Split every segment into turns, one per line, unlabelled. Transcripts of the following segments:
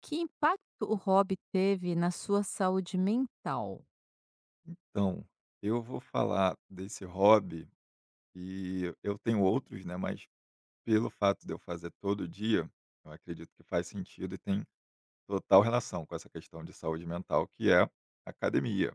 Que impacto o hobby teve na sua saúde mental?
Então, eu vou falar desse hobby e eu tenho outros, né, mas pelo fato de eu fazer todo dia, eu acredito que faz sentido e tem total relação com essa questão de saúde mental, que é academia.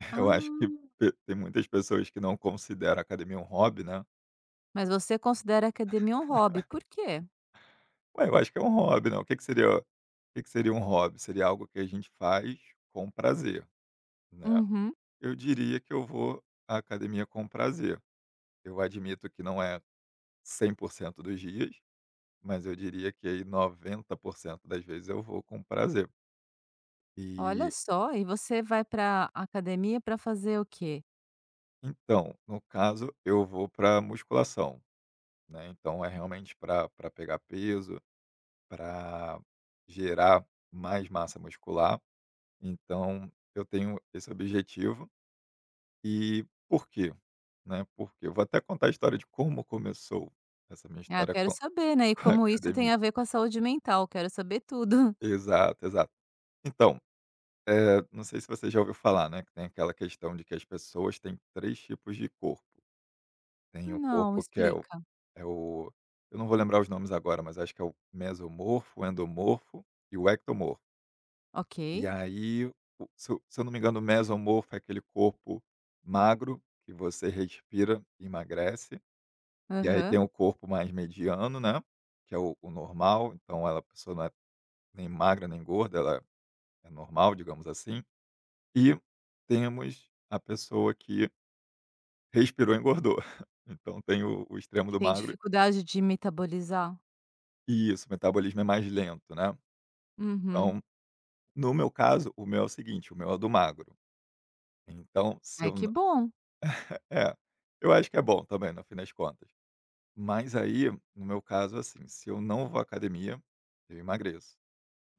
Eu acho que
Ah,
tem muitas pessoas que não consideram a academia um hobby, né?
mas você considera a academia um hobby, por quê?
Ué, eu acho que é um hobby, não. O que que seria um hobby? Seria algo que a gente faz com prazer, né?
Uhum.
Eu diria que eu vou à academia com prazer. Eu admito que não é 100% dos dias, mas eu diria que aí 90% das vezes eu vou com prazer.
Olha
E
só, e você vai para academia para fazer o quê?
então, no caso, eu vou para musculação, né, então é realmente para pegar peso, para gerar mais massa muscular, então eu tenho esse objetivo. E por quê? Né, porque eu vou até contar a história de como começou essa minha
Ah, eu
história
quero
com
saber, né, e
com a
como isso tem
academia.
a ver com a saúde mental, quero saber tudo.
Exato, exato. Então não sei se você já ouviu falar, né, que tem aquela questão de que as pessoas têm 3 tipos de corpo. Tem o
Não,
corpo que é o
explica.
é o eu não vou lembrar os nomes agora, mas acho que é o mesomorfo, o endomorfo e o ectomorfo. E
Ok.
aí, o se eu não me engano, o mesomorfo é aquele corpo magro que você respira e emagrece. E aí tem
Aham.
o corpo mais mediano, né, que é o normal, então ela a pessoa não é nem magra nem gorda, ela é normal, digamos assim. E temos a pessoa que respirou e engordou. Então tem o extremo
Que
do
tem
magro.
dificuldade de metabolizar?
E isso, o metabolismo é mais lento, né.
Uhum.
Então, no meu caso, o meu é o seguinte, o meu é o do magro. Então se
Ai,
eu
que
n
bom.
É, eu acho que é bom também, no fim das contas. Mas aí, no meu caso, assim, se eu não vou à academia, eu emagreço.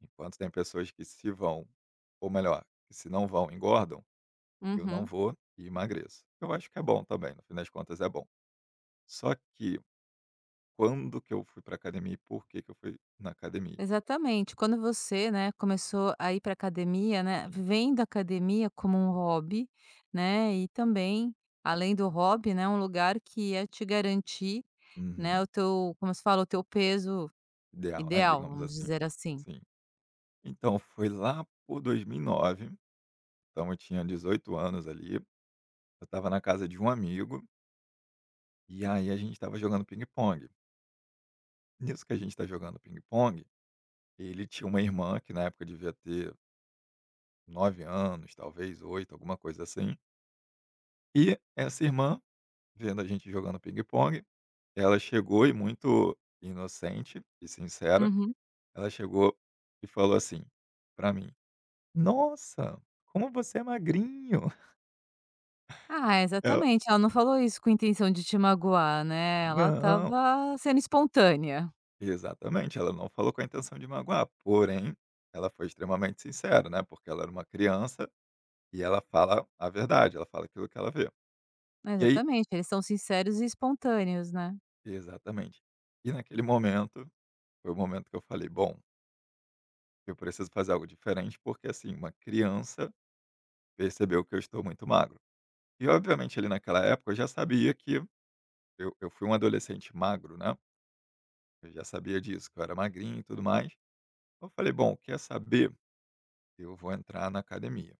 Enquanto tem pessoas que se vão, ou melhor, que se não vão, engordam, eu não
Uhum.
vou e emagreço. Eu acho que é bom também, no fim das contas é bom. Só que quando que eu fui pra academia e por que que eu fui na academia.
Exatamente. Quando você, né, começou a ir para academia, né,
Sim.
vendo a academia como um hobby, né, e também, além do hobby, né, um lugar que ia te garantir, né,
Uhum.
o teu, como se fala, o teu peso
Ideal, né,
ideal,
digamos
vamos
assim.
dizer assim.
Sim. Então foi lá por 2009, então eu tinha 18 anos ali, eu estava na casa de um amigo, e aí a gente estava jogando ping pong. Ele tinha uma irmã que na época devia ter 9 anos, talvez 8 alguma coisa assim, e essa irmã, vendo a gente jogando ping pong, ela chegou e, muito inocente e sincera,
Uhum.
ela chegou e falou assim pra mim: "Nossa, como você é magrinho".
Ah,
Ela:
exatamente. Ela não falou isso com intenção de te magoar, né? Ela
"Não".
estava sendo espontânea.
Exatamente, ela não falou com a intenção de magoar, porém, ela foi extremamente sincera, né, porque ela era uma criança e ela fala a verdade, ela fala aquilo que ela vê. E aí
Exatamente. Eles são sinceros e espontâneos, né?
exatamente. E naquele momento, foi o momento que eu falei: "Bom, eu preciso fazer algo diferente, porque, assim, uma criança percebeu que eu estou muito magro". E obviamente ali naquela época eu já sabia que eu fui um adolescente magro, né. Eu já sabia disso, que eu era magrinho e tudo mais. Eu falei: "Bom, quer saber? Eu vou entrar na academia".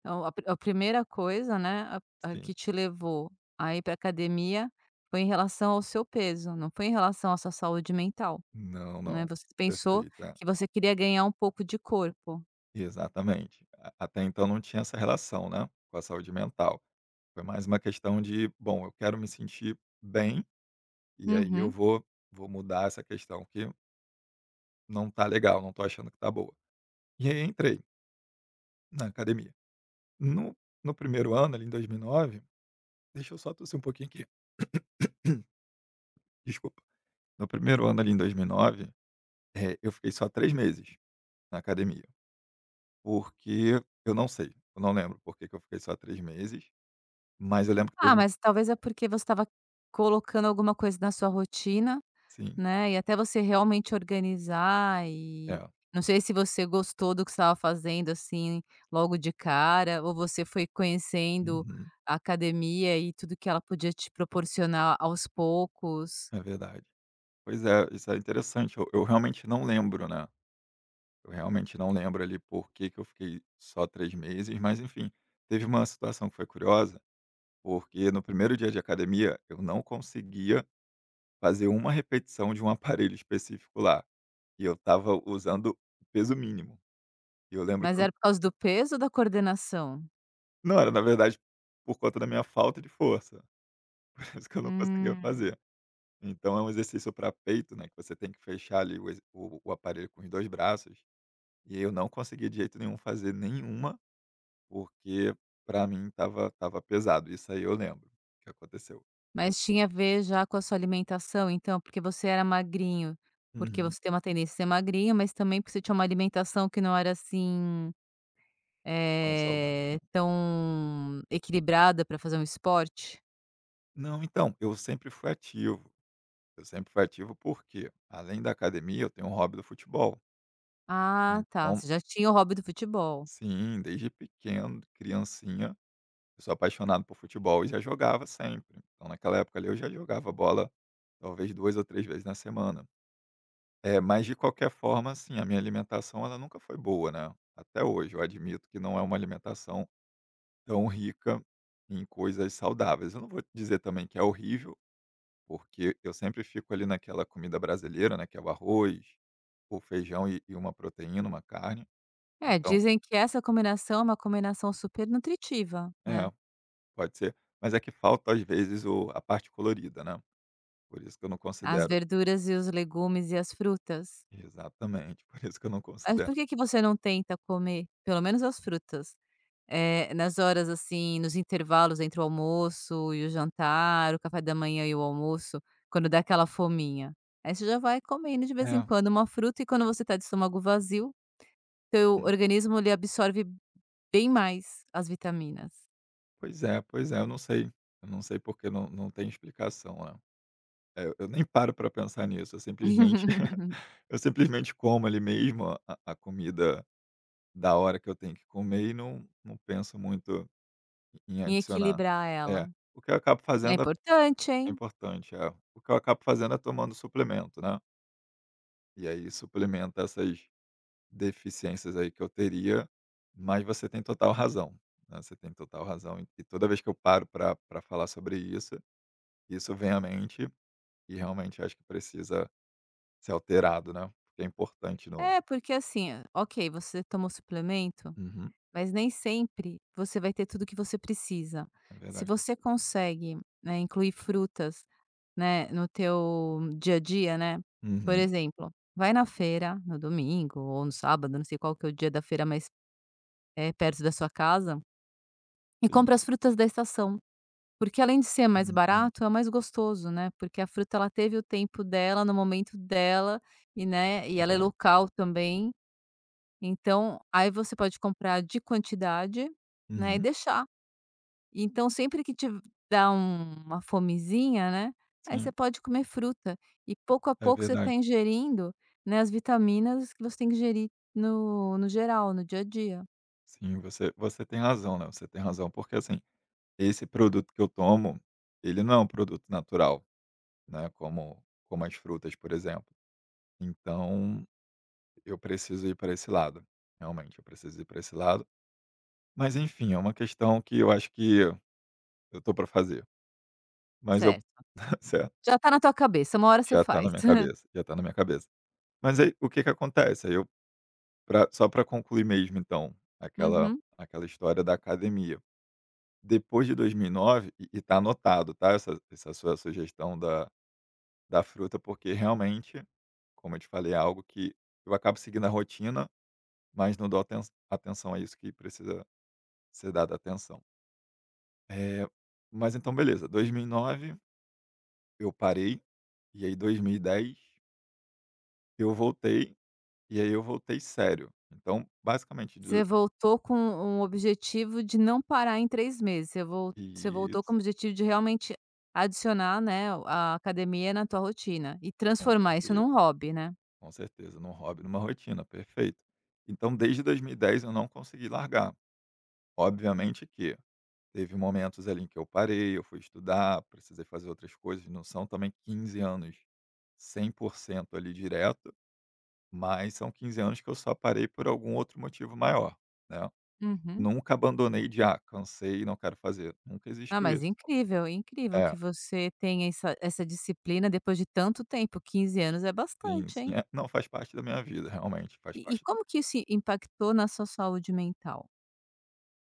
Então, a primeira coisa, né, a
Sim.
que te levou a ir pra academia foi em relação ao seu peso, não foi em relação à sua saúde mental,
Não,
né,
não.
você pensou
Perfeito, é.
que você queria ganhar um pouco de corpo.
Exatamente. A Até então não tinha essa relação, né, com a saúde mental. Foi mais uma questão de: "Bom, eu quero me sentir bem, e aí eu
Uhum.
vou mudar essa questão que não tá legal, não tô achando que tá boa". E aí entrei na academia. No no primeiro ano, ali em 2009, deixa eu só tossir um pouquinho aqui. Desculpa. No primeiro ano ali em 2009, eu fiquei só 3 meses na academia, porque eu não sei, eu não lembro por que que eu fiquei só 3 meses, mas eu lembro que teve
Ah,
um
mas talvez é porque você estava colocando alguma coisa na sua rotina.
sim,
Né, e até você realmente organizar e
é.
não sei se você gostou do que estava fazendo, assim, logo de cara, ou você foi conhecendo
Uhum.
a academia e tudo que ela podia te proporcionar aos poucos.
É verdade. Pois é, isso é interessante, eu realmente não lembro, né, eu realmente não lembro ali por que que eu fiquei só 3 meses, mas enfim, teve uma situação que foi curiosa, porque no primeiro dia de academia eu não conseguia fazer uma repetição de um aparelho específico lá, e eu estava usando peso mínimo. E eu lembro que
Mas
eu
era por causa do peso ou da coordenação?
Não, era na verdade por conta da minha falta de força, por isso que eu não conseguia
Hum,
fazer. Então é um exercício para peito, né, que você tem que fechar ali o ex o aparelho com os 2 braços, e eu não conseguia de jeito nenhum fazer nenhuma, porque para mim tava pesado, isso aí eu lembro que aconteceu.
mas tinha a ver já com a sua alimentação então, porque você era magrinho, porque
Uhum.
você tem uma tendência a ser magrinho, mas também porque você tinha uma alimentação que não era assim
Não saudável, né.
Tão equilibrada para fazer um esporte?
Não, então, eu sempre fui ativo, eu sempre fui ativo porque, além da academia, eu tenho um hobby do futebol.
Ah, tá,
Então
você já tinha o hobby do futebol.
sim, desde pequeno, criancinha, eu sou apaixonado por futebol e já jogava sempre. Então, naquela época ali, eu já jogava bola talvez 2 ou 3 vezes na semana. É, mas de qualquer forma, assim, a minha alimentação ela nunca foi boa, né. Até hoje, eu admito que não é uma alimentação tão rica em coisas saudáveis. Eu não vou dizer também que é horrível, porque eu sempre fico ali naquela comida brasileira, né, que é o arroz, o feijão e uma proteína, uma carne.
É,
Então
dizem que essa combinação é uma combinação super nutritiva, né,
é, pode ser. Mas é que falta, às vezes, o a parte colorida, né. Por isso que eu não
as
considero.
verduras e os legumes e as frutas.
Exatamente, por isso que eu não
Mas por
considero.
que que você não tenta comer, pelo menos as frutas, nas horas, assim, nos intervalos entre o almoço e o jantar, o café da manhã e o almoço, quando dá aquela fominha? Aí você já vai comendo de vez em
É,
quando uma fruta e quando você tá de estômago vazio teu
hum,
organismo ele absorve bem mais as vitaminas,
pois é, pois é, eu não sei, porque não tem explicação, né. É, eu nem paro para pensar nisso, eu simplesmente eu simplesmente como ali mesmo a comida da hora que eu tenho que comer e não penso muito em
em
adicionar.
equilibrar ela.
É, o que eu acabo
É
fazendo é.
importante,
É
hein.
importante, é, o que eu acabo fazendo é tomando suplemento, né, e aí suplementa essas deficiências aí que eu teria, mas você tem total razão, né, você tem total razão, e toda vez que eu paro para pra falar sobre isso, isso vem à mente e realmente acho que precisa ser alterado, né, porque é importante. No,
É, porque assim, é, ok, você tomou suplemento,
uhum,
mas nem sempre você vai ter tudo que você precisa.
é
Se
verdade.
você consegue, né, incluir frutas, né, no teu dia a dia, né, por
Uhum,
exemplo, vai na feira no domingo ou no sábado, não sei qual que é o dia da feira mais, perto da sua casa, e
sim.
compra as frutas da estação. Porque além de ser mais
Uhum,
barato, é mais gostoso, né, porque a fruta ela teve o tempo dela, no momento dela e, né, e
é
ela é
verdade.
local também, então, aí você pode comprar de quantidade, né, e
Uhum,
deixar. Então sempre que te dá uma fomezinha, né, aí você
sim,
pode comer fruta e pouco a
é
pouco você está
verdade.
ingerindo, né, as vitaminas que você tem que ingerir no geral, no dia a dia.
Sim, você tem razão, né, você tem razão, porque assim, esse produto que eu tomo, ele não é um produto natural, né, como as frutas, por exemplo. Então eu preciso ir para esse lado. Realmente, eu preciso ir para esse lado. Mas enfim, é uma questão que eu acho que eu tô para fazer. Mas eu
Certo.
certo,
Já tá na tua cabeça, uma hora você
já tá na
faz.
minha cabeça, já tá na minha cabeça. Mas aí o que que acontece? Aí eu pra só para concluir mesmo então, aquela
Uhum.
aquela história da academia. Depois de 2009 e nove, e tá anotado, tá, essa sua sugestão da fruta, porque realmente, como eu te falei, é algo que eu acabo seguindo a rotina, mas não dou atenção a isso que precisa ser dada atenção. Eh, mas então beleza, 2009 eu parei, e aí 2010 eu voltei, e aí eu voltei sério. Então basicamente do
Você voltou com um objetivo de não parar em 3 meses, você voltou com
isso,
o objetivo de realmente adicionar, né, a academia na tua rotina e
com
transformar isso
certeza,
num hobby, né.
com certeza, num hobby, numa rotina, perfeito. Então desde 2010 eu não consegui largar. Obviamente que teve momentos ali em que eu parei, eu fui estudar, precisei fazer outras coisas, não são também 15 anos 100% ali direto, mas são 15 anos que eu só parei por algum outro motivo maior, né.
Uhum.
Nunca abandonei de: "Ah, cansei, não quero fazer", nunca
Ah,
existiu
mas
isso.
incrível, incrível que
É,
você tenha essa disciplina depois de tanto tempo. 15 anos é
sim,
bastante,
sim.
hein.
É, não, faz parte da minha vida, realmente, faz
E
parte.
como que isso impactou na sua saúde mental?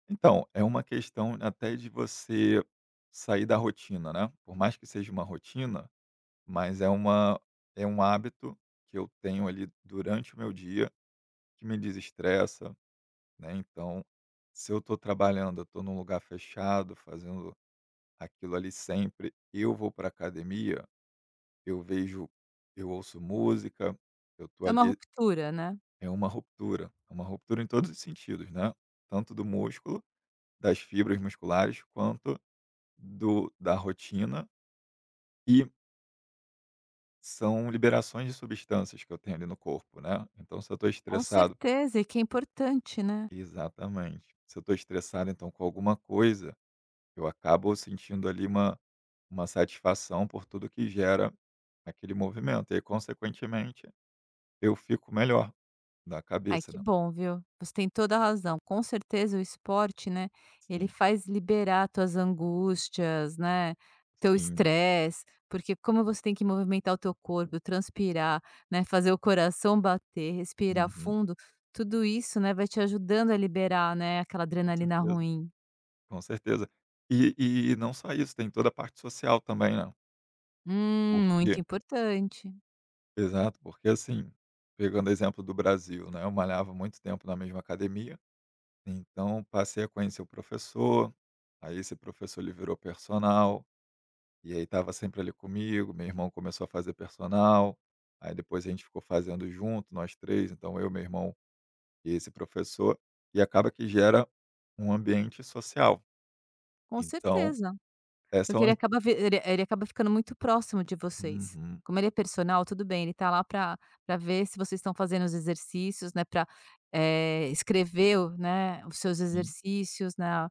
Então, é uma questão até de você sair da rotina, né, por mais que seja uma rotina, mas é uma é um hábito que eu tenho ali durante o meu dia, que me desestressa, né, então, se eu estou trabalhando, eu tô num lugar fechado, fazendo aquilo ali sempre, eu vou para academia. Eu vejo eu ouço música, eu tô
É uma
ali.
ruptura, né.
É uma ruptura, é uma ruptura em todos os sentidos, né, tanto do músculo, das fibras musculares, quanto do da rotina, e são liberações de substâncias que eu tenho ali no corpo, né. Então se eu tô
Com
estressado,
certeza, e que é importante, né?
exatamente. Se eu tô estressado, então, com alguma coisa, eu acabo sentindo ali uma satisfação por tudo que gera aquele movimento e aí, consequentemente, eu fico melhor da
Ai,
cabeça,
que
né.
bom, viu. Você tem toda a razão. Com certeza o esporte, né, ele
Sim.
faz liberar tuas angústias, né, teu
Sim,
estresse, porque como você tem que movimentar o teu corpo, transpirar, né, fazer o coração bater, respirar
uhum,
fundo, tudo isso, né, vai te ajudando a liberar, né, aquela
com
adrenalina
certeza,
ruim.
com certeza. E e não só isso, tem toda a parte social também, né,
Muito
porque
importante.
exato, porque assim, pegando exemplo do Brasil, né, eu malhava muito tempo na mesma academia, então passei a conhecer o professor, aí esse professor ele virou personal, e aí estava sempre ali comigo, meu irmão começou a fazer personal, aí depois a gente ficou fazendo junto, nós três, então eu, meu irmão e esse professor, e acaba que gera um ambiente social.
Com
Então
certeza.
é,
Porque
são
ele
as,
acaba ficando muito próximo de vocês.
uhum,
Como ele é personal, tudo bem, ele tá lá para pra ver se vocês estão fazendo os exercícios, né, para escrever o né, os seus
sim,
exercícios, né,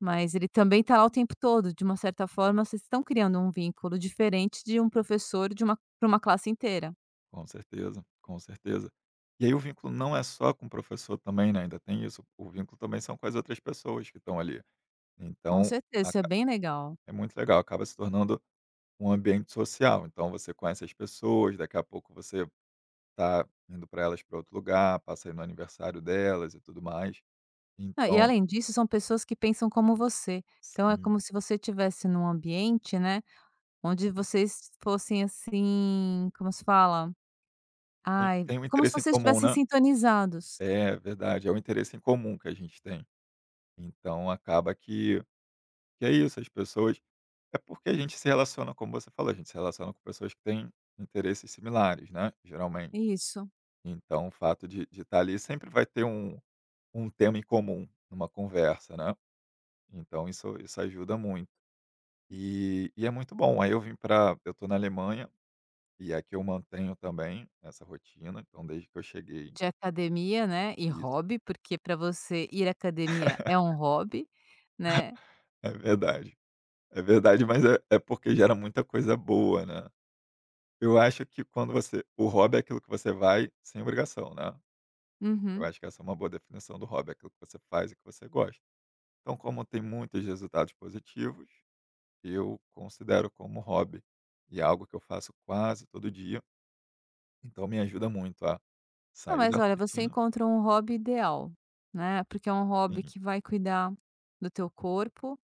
mas ele também tá lá o tempo todo, de uma certa forma vocês estão criando um vínculo diferente de um professor de uma pra uma classe inteira.
com certeza, com certeza. E aí o vínculo não é só com o professor também, né, ainda tem isso, o vínculo também são com as outras pessoas que estão ali.
Com
Então,
certeza, isso é
aca
bem legal.
é muito legal, acaba se tornando um ambiente social, então você conhece as pessoas, daqui a pouco você está indo para elas, para outro lugar, passa aí no aniversário delas e tudo mais.
Ah, e
Então
além disso, são pessoas que pensam como você, então é
sim,
como se você estivesse num ambiente, né, onde vocês fossem, assim, como se fala?
tem
Ai,
tem um
como se
interesse em
vocês
comum,
estivessem
né.
sintonizados.
É, verdade, é um interesse em comum que a gente tem. Então acaba que é isso, as pessoas. É porque a gente se relaciona, como você falou, a gente se relaciona com pessoas que têm interesses similares, né? Geralmente.
Isso.
Então, o fato de estar ali sempre vai ter um tema em comum numa conversa, né? Então, isso ajuda muito. E é muito bom. Aí eu vim para. Eu estou na Alemanha, e aqui eu mantenho também essa rotina. Então, desde que eu cheguei.
De academia, né, e
Isso.
hobby, porque para você ir à academia é um hobby, né.
É verdade. É verdade, mas é porque gera muita coisa boa, né? Eu acho que quando você. O hobby é aquilo que você vai sem obrigação, né? Eu
Uhum.
acho que essa é uma boa definição do hobby, aquilo que você faz e que você gosta. Então, como tem muitos resultados positivos, eu considero como hobby e é algo que eu faço quase todo dia. Então, me ajuda muito a
Não,
sair
mas
da
olha, você
rotina.
encontra um hobby ideal, né, porque é um hobby
Sim,
que vai cuidar do teu corpo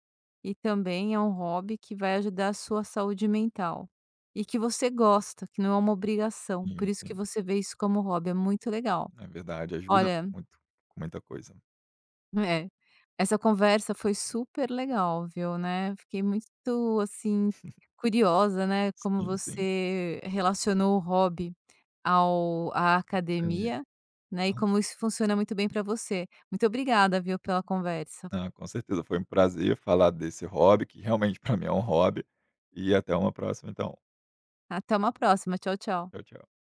e também é um hobby que vai ajudar a sua saúde mental. E que você gosta, que não é uma obrigação,
sim,
por isso que
sim.
você vê isso como hobby, é muito legal.
Na verdade, ajuda
Olha.
muito com muita coisa.
É. Essa conversa foi super legal, viu, né. Fiquei muito, assim, curiosa, né, como
Sim, sim.
você relacionou o hobby ao à
Academia.
academia, né, e
Então,
como isso funciona muito bem para você. Muito obrigada, viu, pela conversa.
com certeza foi um prazer falar desse hobby, que realmente para mim é um hobby. E até uma próxima, então.
Até uma próxima. Tchau, tchau.
Tchau, tchau.